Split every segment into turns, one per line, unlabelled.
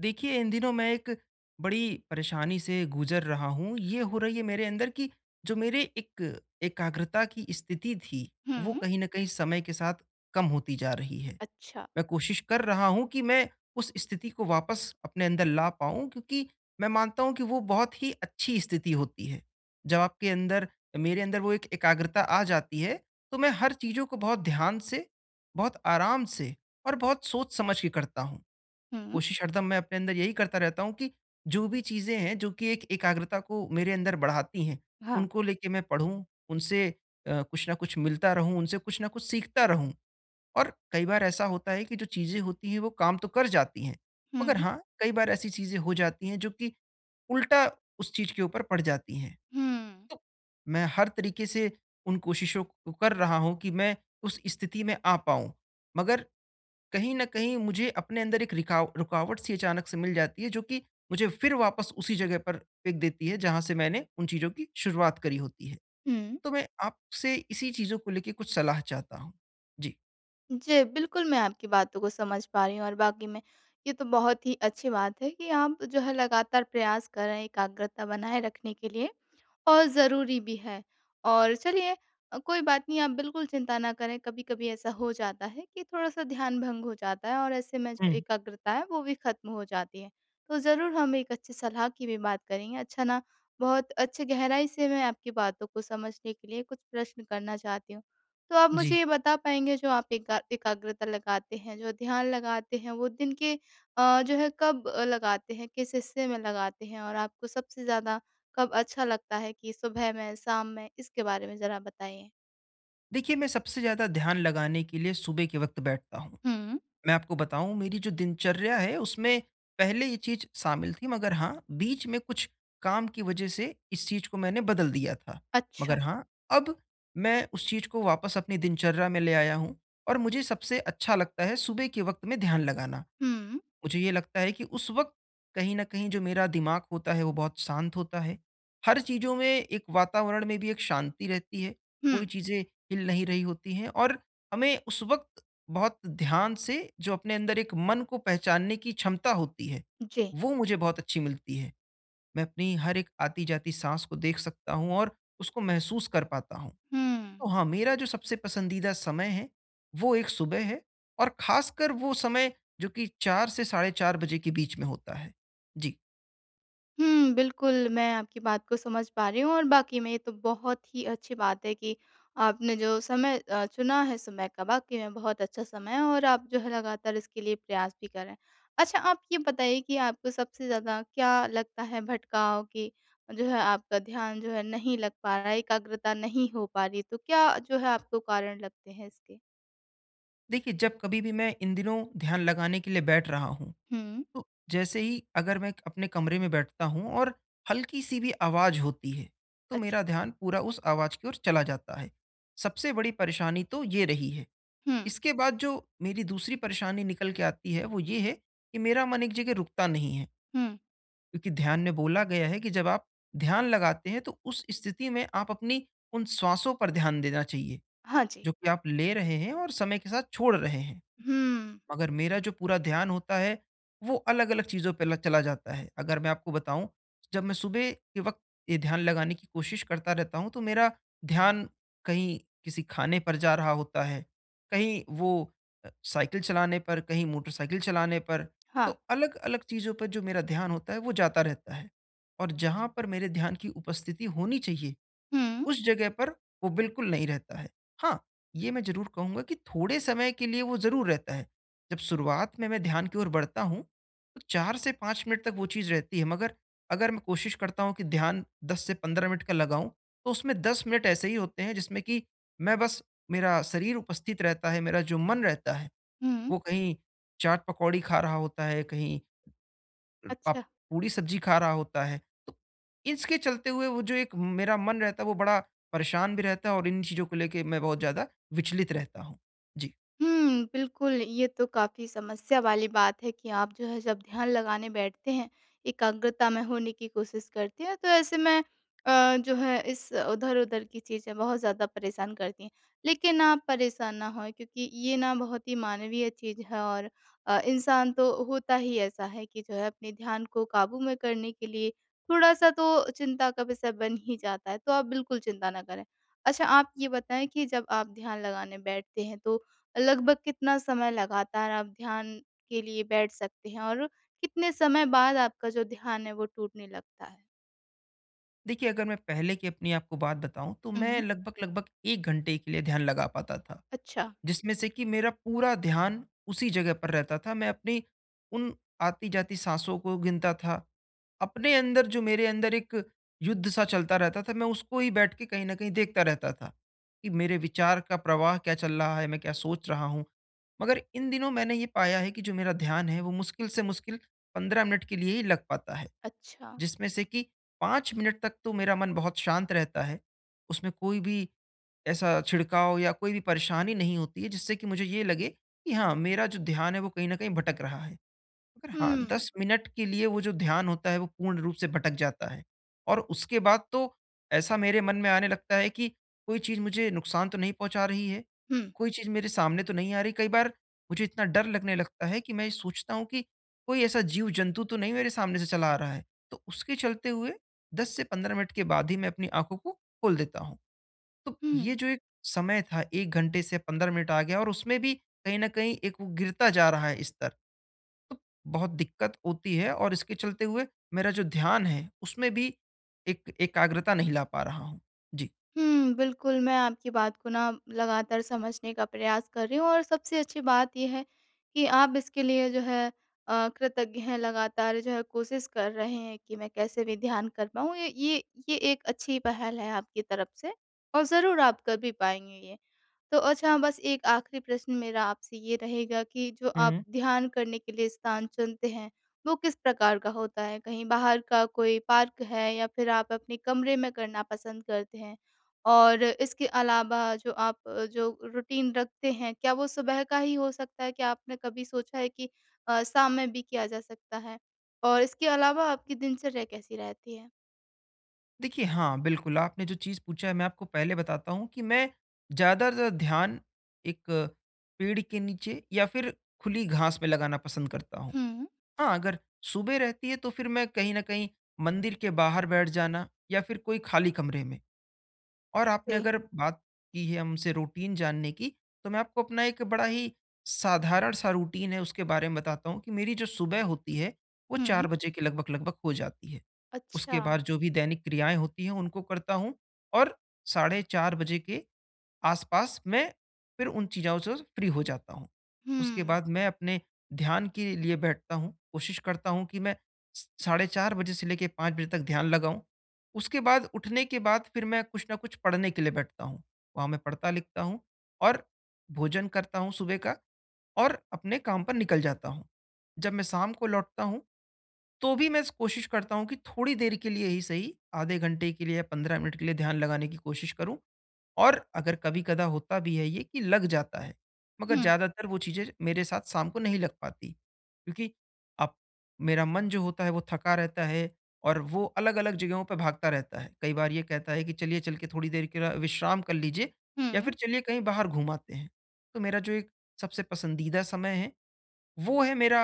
देखिए, इन दिनों मैं एक बड़ी परेशानी से गुज़र रहा हूँ। ये हो रही है मेरे अंदर कि जो मेरे एक एकाग्रता की स्थिति थी, वो
हुँ।
कहीं न कहीं समय के साथ कम होती जा रही है।
अच्छा।
मैं कोशिश कर रहा हूँ कि मैं उस स्थिति को वापस अपने अंदर ला पाऊँ, क्योंकि मैं मानता हूँ कि वो बहुत ही अच्छी स्थिति होती है। जब आपके अंदर मेरे अंदर वो एक एकाग्रता आ जाती है, तो मैं हर चीज़ों को बहुत ध्यान से, बहुत आराम से और बहुत सोच समझ के करता हूँ।
हुँ।
कोशिश हरदम मैं अपने अंदर यही करता रहता हूँ कि जो भी चीज़ें हैं, जो कि एक एकाग्रता को मेरे अंदर बढ़ाती हैं,
हाँ।
उनको लेके मैं पढ़ूँ, उनसे कुछ ना कुछ मिलता रहूँ, उनसे कुछ ना कुछ सीखता रहूँ। और कई बार ऐसा होता है कि जो चीज़ें होती हैं, वो काम तो कर जाती हैं, मगर
हुँ,
हाँ, कई बार ऐसी चीज़ें हो जाती हैं, जो कि उल्टा उस चीज़ के ऊपर पड़ जाती हैं।
हुँ,
तो मैं हर तरीके से उन कोशिशों को कर रहा हूँ कि मैं उस स्थिति में आ पाऊँ, मगर कहीं न कहीं मुझे अपने अंदर एक रिकाव रुकावट सी अचानक से मिल जाती है, जो कि मुझे फिर वापस उसी जगह पर फेंक देती है, जहाँ से मैंने उन चीज़ों की शुरुआत करी होती है।
हुँ।
तो मैं आपसे इसी चीज़ों को लेके कुछ सलाह चाहता हूँ। जी।
जी, बिल्कुल मैं आपकी बातों को समझ पा रही हूँ और वाक़ई में ये तो बहुत ही अच्छी बात है कि आप जो है लगातार प्रयास कर रहे हैं एकाग्रता बनाए रखने के लिए। और ज़रूरी भी है। और चलिए कोई बात नहीं, आप बिल्कुल चिंता ना करें। कभी-कभी ऐसा हो जाता है कि थोड़ा-सा ध्यान भंग हो जाता है और ऐसे में जो
हुँ।
एकाग्रता है वो भी ख़त्म हो जाती है। तो ज़रूर हम एक अच्छी सलाह की भी बात करेंगे। अच्छा ना, बहुत अच्छे गहराई से मैं आपकी बातों को समझने के लिए कुछ प्रश्न करना चाहती हूँ। तो आप
जी।
मुझे ये बता पाएँगे, जो आप एकाग्रता लगाते हैं, जो ध्यान लगाते हैं, वो दिन के जो है कब लगाते हैं? किस हिस्से में लगाते हैं? और आपको सबसे ज़्यादा कब अच्छा लगता है, कि सुबह में, शाम में? इसके बारे में ज़रा बताइए।
देखिए, मैं सबसे ज़्यादा ध्यान लगाने के लिए सुबह के वक़्त बैठता हूँ।
हुँ।
मैं आपको बताऊँ, मेरी जो दिनचर्या है उसमें पहले ये चीज़ शामिल थी, मगर हाँ, बीच में कुछ काम की वज़ह से इस चीज़ को मैंने बदल दिया था। मगर
अच्छा।
हाँ, अब मैं उस चीज़ को वापस अपनी दिनचर्या में ले आया हूँ और मुझे सबसे अच्छा लगता है सुबह के वक़्त में ध्यान लगाना।
हुँ।
मुझे ये लगता है कि उस वक़्त कहीं न कहीं जो मेरा दिमाग होता है, वो बहुत शांत होता है। हर चीज़ों में, एक वातावरण में भी एक शांति रहती है,
हुँ।
कोई चीज़ें हिल नहीं रही होती हैं और हमें उस वक़्त बहुत ध्यान से जो अपने अंदर एक मन को पहचानने की क्षमता होती है,
जी।
वो मुझे बहुत अच्छी मिलती है। मैं अपनी हर एक आती-जाती साँस को देख सकता हूँ और उसको महसूस कर पाता हूँ।
हुँ।
तो हाँ, मेरा जो सबसे पसंदीदा समय है, वो एक सुबह है और ख़ासकर वो समय जो कि 4 से साढ़े 4 बजे के बीच में होता है। जी।
हुँ, बिल्कुल, मैं आपकी बात को समझ पा रही हूँ और वाक़ई में ये तो बहुत ही अच्छी बात है कि आपने जो समय चुना है, समय का वाक़ई में बहुत अच्छा समय है, और आप जो है लगातार इसके लिए प्रयास भी कर रहे हैं। अच्छा, आप ये बताइए कि आपको सबसे ज़्यादा क्या लगता है भटकाव, कि जो है आपका ध्यान जो है नहीं लग पा रहा है, एकाग्रता नहीं हो पा रही, तो क्या जो है आपको कारण लगते हैं इसके?
देखिए, जब कभी भी मैं इन दिनों ध्यान लगाने के लिए बैठ रहा हूँ,
हुँ,
तो जैसे ही अगर मैं अपने कमरे में बैठता हूँ और हल्की-सी भी आवाज़ होती है, तो मेरा
अच्छा।
ध्यान पूरा उस आवाज़ की ओर चला जाता है। सबसे बड़ी परेशानी तो ये रही है।
हुँ,
इसके बाद जो मेरी दूसरी परेशानी निकल के आती है, वो ये है कि मेरा मन एक जगह रुकता नहीं है।
हुँ।
क्योंकि ध्यान में बोला गया है कि जब आप ध्यान लगाते हैं, तो उस स्थिति में आप अपनी उन श्वासों पर ध्यान देना चाहिए,
हाँ जी।
जो कि आप ले रहे हैं और समय के साथ छोड़ रहे हैं।
हुँ।
मगर मेरा जो पूरा ध्यान होता है वो अलग-अलग चीज़ों पे ल चला जाता है। अगर मैं आपको बताऊँ, जब मैं सुबह के वक़्त ये ध्यान लगाने की कोशिश करता रहता हूँ, तो मेरा ध्यान कहीं किसी खाने पर जा रहा होता है, कहीं वो साइकिल चलाने पर, कहीं मोटरसाइकिल चलाने पर, तो
हाँ।
अलग-अलग चीज़ों पर जो मेरा ध्यान होता है वो जाता रहता है। और जहाँ पर मेरे ध्यान की उपस्थिति होनी चाहिए,
हुँ,
उस जगह पर वो बिल्कुल नहीं रहता है। हाँ, ये मैं ज़रूर कहूँगा कि थोड़े समय के लिए वो ज़रूर रहता है। जब शुरुआत में मैं ध्यान की ओर बढ़ता हूँ, तो 4 से 5 मिनट तक वो चीज़ रहती है, मगर अगर मैं कोशिश करता हूँ कि ध्यान 10 से 15 मिनट का लगाऊँ, तो उसमें 10 मिनट ऐसे ही होते हैं जिसमें कि मैं बस मेरा शरीर उपस्थित रहता है, मेरा जो मन रहता है,
हुँ।
वो कहीं चाट पकौड़ी खा रहा होता है, कहीं आप
अच्छा।
पूरी सब्जी खा रहा होता है। तो इसके चलते हुए वो जो एक मेरा मन रहता है वो बड़ा परेशान भी रहता है और इन चीज़ों को लेके मैं बहुत ज़्यादा विचलित रहता हूँ। जी।
हुँ, बिल्कुल, ये तो काफ़ी समस्या वाली बात है कि आप जो है जब ध्यान लगाने बैठते हैं, एकाग्रता में होने की कोशिश करते हैं, तो ऐसे में जो है इस उधर-उधर की चीज़ें बहुत ज़्यादा परेशान करती हैं। लेकिन आप परेशान ना होएँ, क्योंकि ये ना बहुत ही मानवीय चीज़ है, और इंसान तो होता ही ऐसा है कि जो है अपने ध्यान को काबू में करने के लिए थोड़ा-सा तो चिंता का विषय बन ही जाता है, तो आप बिल्कुल चिंता ना करें। अच्छा, आप ये बताएँ कि जब आप ध्यान लगाने बैठते हैं, तो लगभग कितना समय लगातार आप ध्यान के लिए बैठ सकते हैं, और कितने समय बाद आपका जो ध्यान है वो टूटने लगता है?
देखिए, अगर मैं पहले की अपनी आपको बात बताऊँ, तो
हुँ,
मैं
हुँ।
लगभग-लगभग 1 घंटे के लिए ध्यान लगा पाता था।
अच्छा,
जिसमें से कि मेरा पूरा ध्यान उसी जगह पर रहता था। मैं अपनी उन आती-जाती साँसों को गिनता था। अपने अंदर, जो मेरे अंदर एक युद्ध सा चलता रहता था, मैं उसको ही बैठ के कहीं न कहीं देखता रहता था, कि मेरे विचार का प्रवाह क्या चल रहा है, मैं क्या सोच रहा हूँ। मगर इन दिनों मैंने ये पाया है कि जो मेरा ध्यान है, वो मुश्किल से मुश्किल 15 मिनट के लिए ही लग पाता है।
अच्छा।
जिसमें से कि 5 मिनट तक तो मेरा मन बहुत शांत रहता है। उसमें कोई भी ऐसा छिड़काव या कोई भी परेशानी नहीं होती है, जिससे कि मुझे ये लगे कि हाँ, मेरा जो ध्यान है वो कहीं न कहीं भटक रहा है। मगर हाँ,
हुँ,
10 मिनट के लिए वो जो ध्यान होता है वो पूर्ण रूप से भटक जाता है। और उसके बाद तो ऐसा मेरे मन में आने लगता है कि कोई चीज़ मुझे नुकसान तो नहीं पहुँचा रही है,
हुँ,
कोई चीज़ मेरे सामने तो नहीं आ रही। कई बार मुझे इतना डर लगने लगता है कि मैं सोचता हूँ कि कोई ऐसा जीव-जंतु तो नहीं मेरे सामने से चला आ रहा है। तो उसके चलते हुए 10 से 15 मिनट के बाद ही मैं अपनी आँखों को खोल देता हूँ। तो
हुँ।
ये जो एक समय था, 1 घंटे से 15 मिनट आ गया और उसमें भी कहीं न कहीं एक वो गिरता जा रहा है स्तर। तो बहुत दिक्कत होती है और इसके चलते हुए मेरा जो ध्यान है, उसमें भी एक एकाग्रता नहीं ला पा रहा हूँ। जी।
हुँ, बिल्कुल, मैं आपकी बात को ना लगातार समझने का प्रयास कर रही हूँ, और सबसे अच्छी बात ये है कि आप इसके लिए जो है कृतज्ञ हैं, लगातार जो है कोशिश कर रहे हैं कि मैं कैसे भी ध्यान कर पाऊँ। ये एक अच्छी पहल है आपकी तरफ से, और ज़रूर आप कर भी पाएँगे ये। तो अच्छा, बस एक आखिरी प्रश्न मेरा आपसे ये रहेगा कि जो आप
हुँ।
ध्यान करने के लिए स्थान चुनते हैं, वो किस प्रकार का होता है? कहीं बाहर का कोई पार्क है, या फिर आप अपने कमरे में करना पसंद करते हैं? और इसके अलावा जो आप जो रूटीन रखते हैं, क्या वो सुबह का ही हो सकता है? क्या आपने कभी सोचा है कि शाम में भी किया जा सकता है? और इसके अलावा आपकी दिनचर्या कैसी रहती है?
देखिए, हाँ, बिल्कुल, आपने जो चीज़ पूछा है मैं आपको पहले बताता हूँ कि मैं ज़्यादातर ध्यान एक पेड़ के नीचे या फिर खुली घास में लगाना पसंद करता हूँ।
हुँ।
हाँ, अगर सुबह रहती है तो फिर मैं कहीं न कहीं मंदिर के बाहर बैठ जाना या फिर कोई खाली कमरे में। और आपने
जी।
अगर बात की है हमसे रूटीन जानने की, तो मैं आपको अपना एक बड़ा ही साधारण सा रूटीन है उसके बारे में बताता हूँ कि मेरी जो सुबह होती है, वो 4
हुँ,
बजे के लगभग-लगभग हो जाती है।
अच्छा।
उसके बाद जो भी दैनिक क्रियाएँ होती हैं उनको करता हूँ और साढ़े 4 बजे के आस-पास मैं फिर उन चीज़ों से फ्री हो जाता हूँ। उसके
हुँ,
बाद मैं अपने ध्यान के लिए बैठता हूँ, कोशिश करता हूँ कि मैं स साढ़े 4 बजे से लेके 5 बजे तक ध्यान लगाऊँ। उसके बाद उठने के बाद फिर मैं कुछ न कुछ पढ़ने के लिए बैठता हूँ। वहाँ मैं पढ़ता-लिखता हूँ और भोजन करता हूँ सुबह का और अपने काम पर निकल जाता हूँ। जब मैं शाम को लौटता हूँ, तो भी मैं कोशिश करता हूँ कि थोड़ी देर के लिए ही सही, आधे घंटे के लिए या 15 मिनट के लिए ध्यान लगाने की कोशिश करूँ। और अगर कभी-कदा होता भी है ये कि लग जाता है, मगर
हुँ,
ज़्यादातर वो चीज़ें मेरे साथ शाम को नहीं लग पाती। क्योंकि अब मेरा मन जो होता है वो थका रहता है और वो अलग-अलग जगहों पे भागता रहता है। कई बार ये कहता है कि चलिए चल के थोड़ी देर के लिए विश्राम कर लीजिए या
हुँ।
फिर चलिए कहीं बाहर घूम आते हैं। तो मेरा जो एक सबसे पसंदीदा समय है, वो है मेरा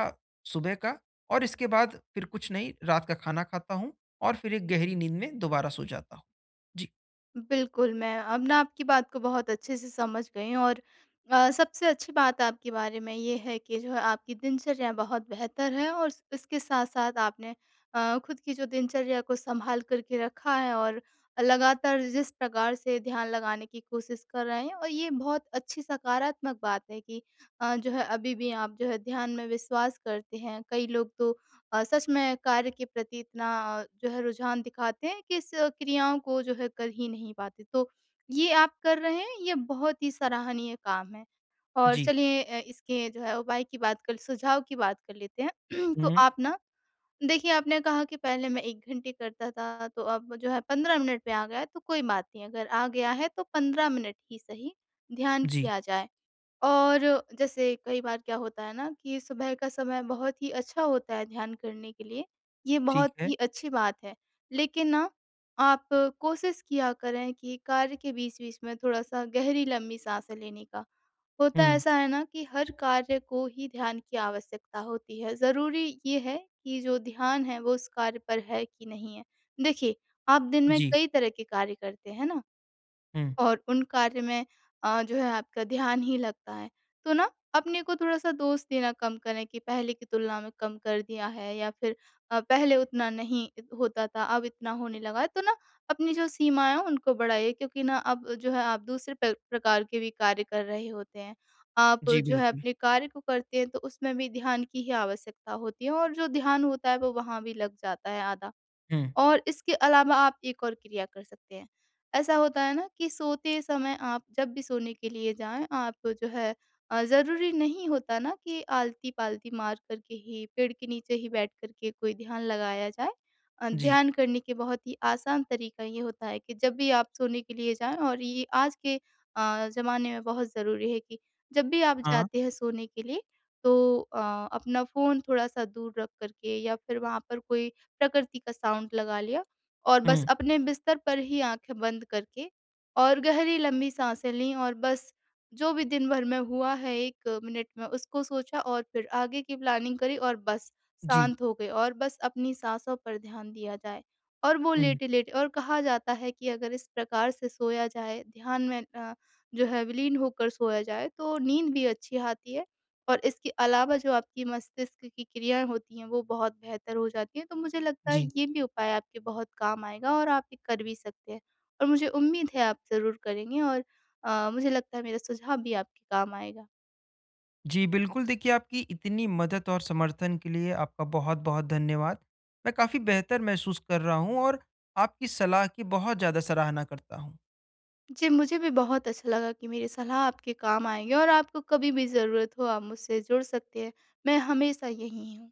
सुबह का और इसके बाद फिर कुछ नहीं, रात का खाना खाता हूँ और फिर एक गहरी नींद में दोबारा सो जाता हूँ। जी।
बिल्कुल, मैं अब ना आपकी बात को बहुत अच्छे से समझ गई हूँ, और सबसे अच्छी बात आपके बारे में ये है कि जो है आपकी दिनचर्या बहुत बेहतर है, और इस इसके साथ-साथ आपने खुद की जो दिनचर्या को सँभाल कर के रखा है, और लगातार जिस प्रकार से ध्यान लगाने की कोशिश कर रहे हैं, और ये बहुत अच्छी सकारात्मक बात है कि जो है अभी भी आप जो है ध्यान में विश्वास करते हैं। कई लोग तो सच में कार्य के प्रति इतना जो है रुझान दिखाते हैं कि इस क्रियाओं को जो है कर ही नहीं पाते। तो ये आप कर रहे हैं, ये बहुत ही सराहनीय काम है। और
जी।
चलिए इसके जो है उपाय की बात कर सुझाव की बात कर लेते हैं। तो
हुँ,
आप ना, देखिए, आपने कहा कि पहले मैं 1 घंटे करता था, तो अब जो है 15 मिनट पे आ गया है, तो कोई बात नहीं, अगर आ गया है तो 15 मिनट ही सही, ध्यान
जी,
किया जाए। और जैसे कई बार क्या होता है ना कि सुबह का समय बहुत ही अच्छा होता है ध्यान करने के लिए, ये
ठीक
बहुत
है।
ही अच्छी बात है। लेकिन ना, आप कोशिश किया करें कि कार्य के बीच-बीच में थोड़ा-सा गहरी लंबी साँसें लेने का। होता
हुँ,
ऐसा है ना कि हर कार्य को ही ध्यान की आवश्यकता होती है, ज़रूरी ये है कि जो ध्यान है वो उस कार्य पर है कि नहीं है। देखिए, आप दिन में
जी,
कई तरह के कार्य करते हैं ना?
हुँ,
और उन कार्य में जो है आपका ध्यान ही लगता है। तो ना, अपने को थोड़ा-सा दोष देना कम करें कि पहले की तुलना में कम कर दिया है, या फिर पहले उतना नहीं होता था, अब इतना होने लगा है। तो ना, अपनी जो सीमाएँ हैं उनको बढ़ाइए, क्योंकि ना अब जो है आप दूसरे प्रकार के भी कार्य कर रहे होते हैं। आप
जी,
जो है
बिल्कुल।
अपने कार्य को करते हैं तो उसमें भी ध्यान की ही आवश्यकता होती है, और जो ध्यान होता है वो वहाँ भी लग जाता है आधा।
हुँ,
और इसके अलावा आप एक और क्रिया कर सकते हैं। ऐसा होता है ना कि सोते समय आप जब भी सोने के लिए जाएँ, आप जो है, ज़रूरी नहीं होता ना कि आलती-पालती मार कर के ही, पेड़ के नीचे ही बैठ कर के कोई ध्यान लगाया जाए।
जी,
ध्यान करने के बहुत ही आसान तरीका ये होता है कि जब भी आप सोने के लिए जाएँ, और ये आज के ज़माने में बहुत ज़रूरी है कि जब भी आप
हाँ,
जाते हैं सोने के लिए, तो अपना फ़ोन थोड़ा-सा दूर रख कर के, या फिर वहाँ पर कोई प्रकृति का साउंड लगा लिया, और बस
हुँ,
अपने बिस्तर पर ही आँखें बंद करके, और गहरी लंबी साँसें लीं, और बस जो भी दिन भर में हुआ है 1 मिनट में उसको सोचा, और फिर आगे की प्लानिंग करी, और बस
जी,
शांत हो गए, और बस अपनी साँसों पर ध्यान दिया जाए। और वो
हुँ,
लेटे-लेटे, और कहा जाता है कि अगर इस प्रकार से सोया जाए, ध्यान में जो है विलीन होकर सोया जाए, तो नींद भी अच्छी आती है। और इसके अलावा जो आपकी मस्तिष्क की क्रियाएँ होती हैं, वो बहुत बेहतर हो जाती हैं। तो मुझे लगता है
जी।
ये भी उपाय आपके बहुत काम आएगा, और आप ये कर भी सकते हैं। और मुझे उम्मीद है आप ज़रूर करेंगे, और मुझे लगता है मेरा सुझाव भी आपके काम आएगा।
जी, बिल्कुल, देखिए आपकी इतनी मदद और समर्थन के लिए आपका बहुत-बहुत धन्यवाद। मैं काफ़ी बेहतर महसूस कर रहा हूँ और आपकी सलाह की बहुत ज़्यादा सराहना करता हूँ।
जी, मुझे भी बहुत अच्छा लगा कि मेरी सलाह आपके काम आएगी, और आपको कभी भी ज़रूरत हो आप मुझसे जुड़ सकते हैं। मैं हमेशा यहीं हूँ।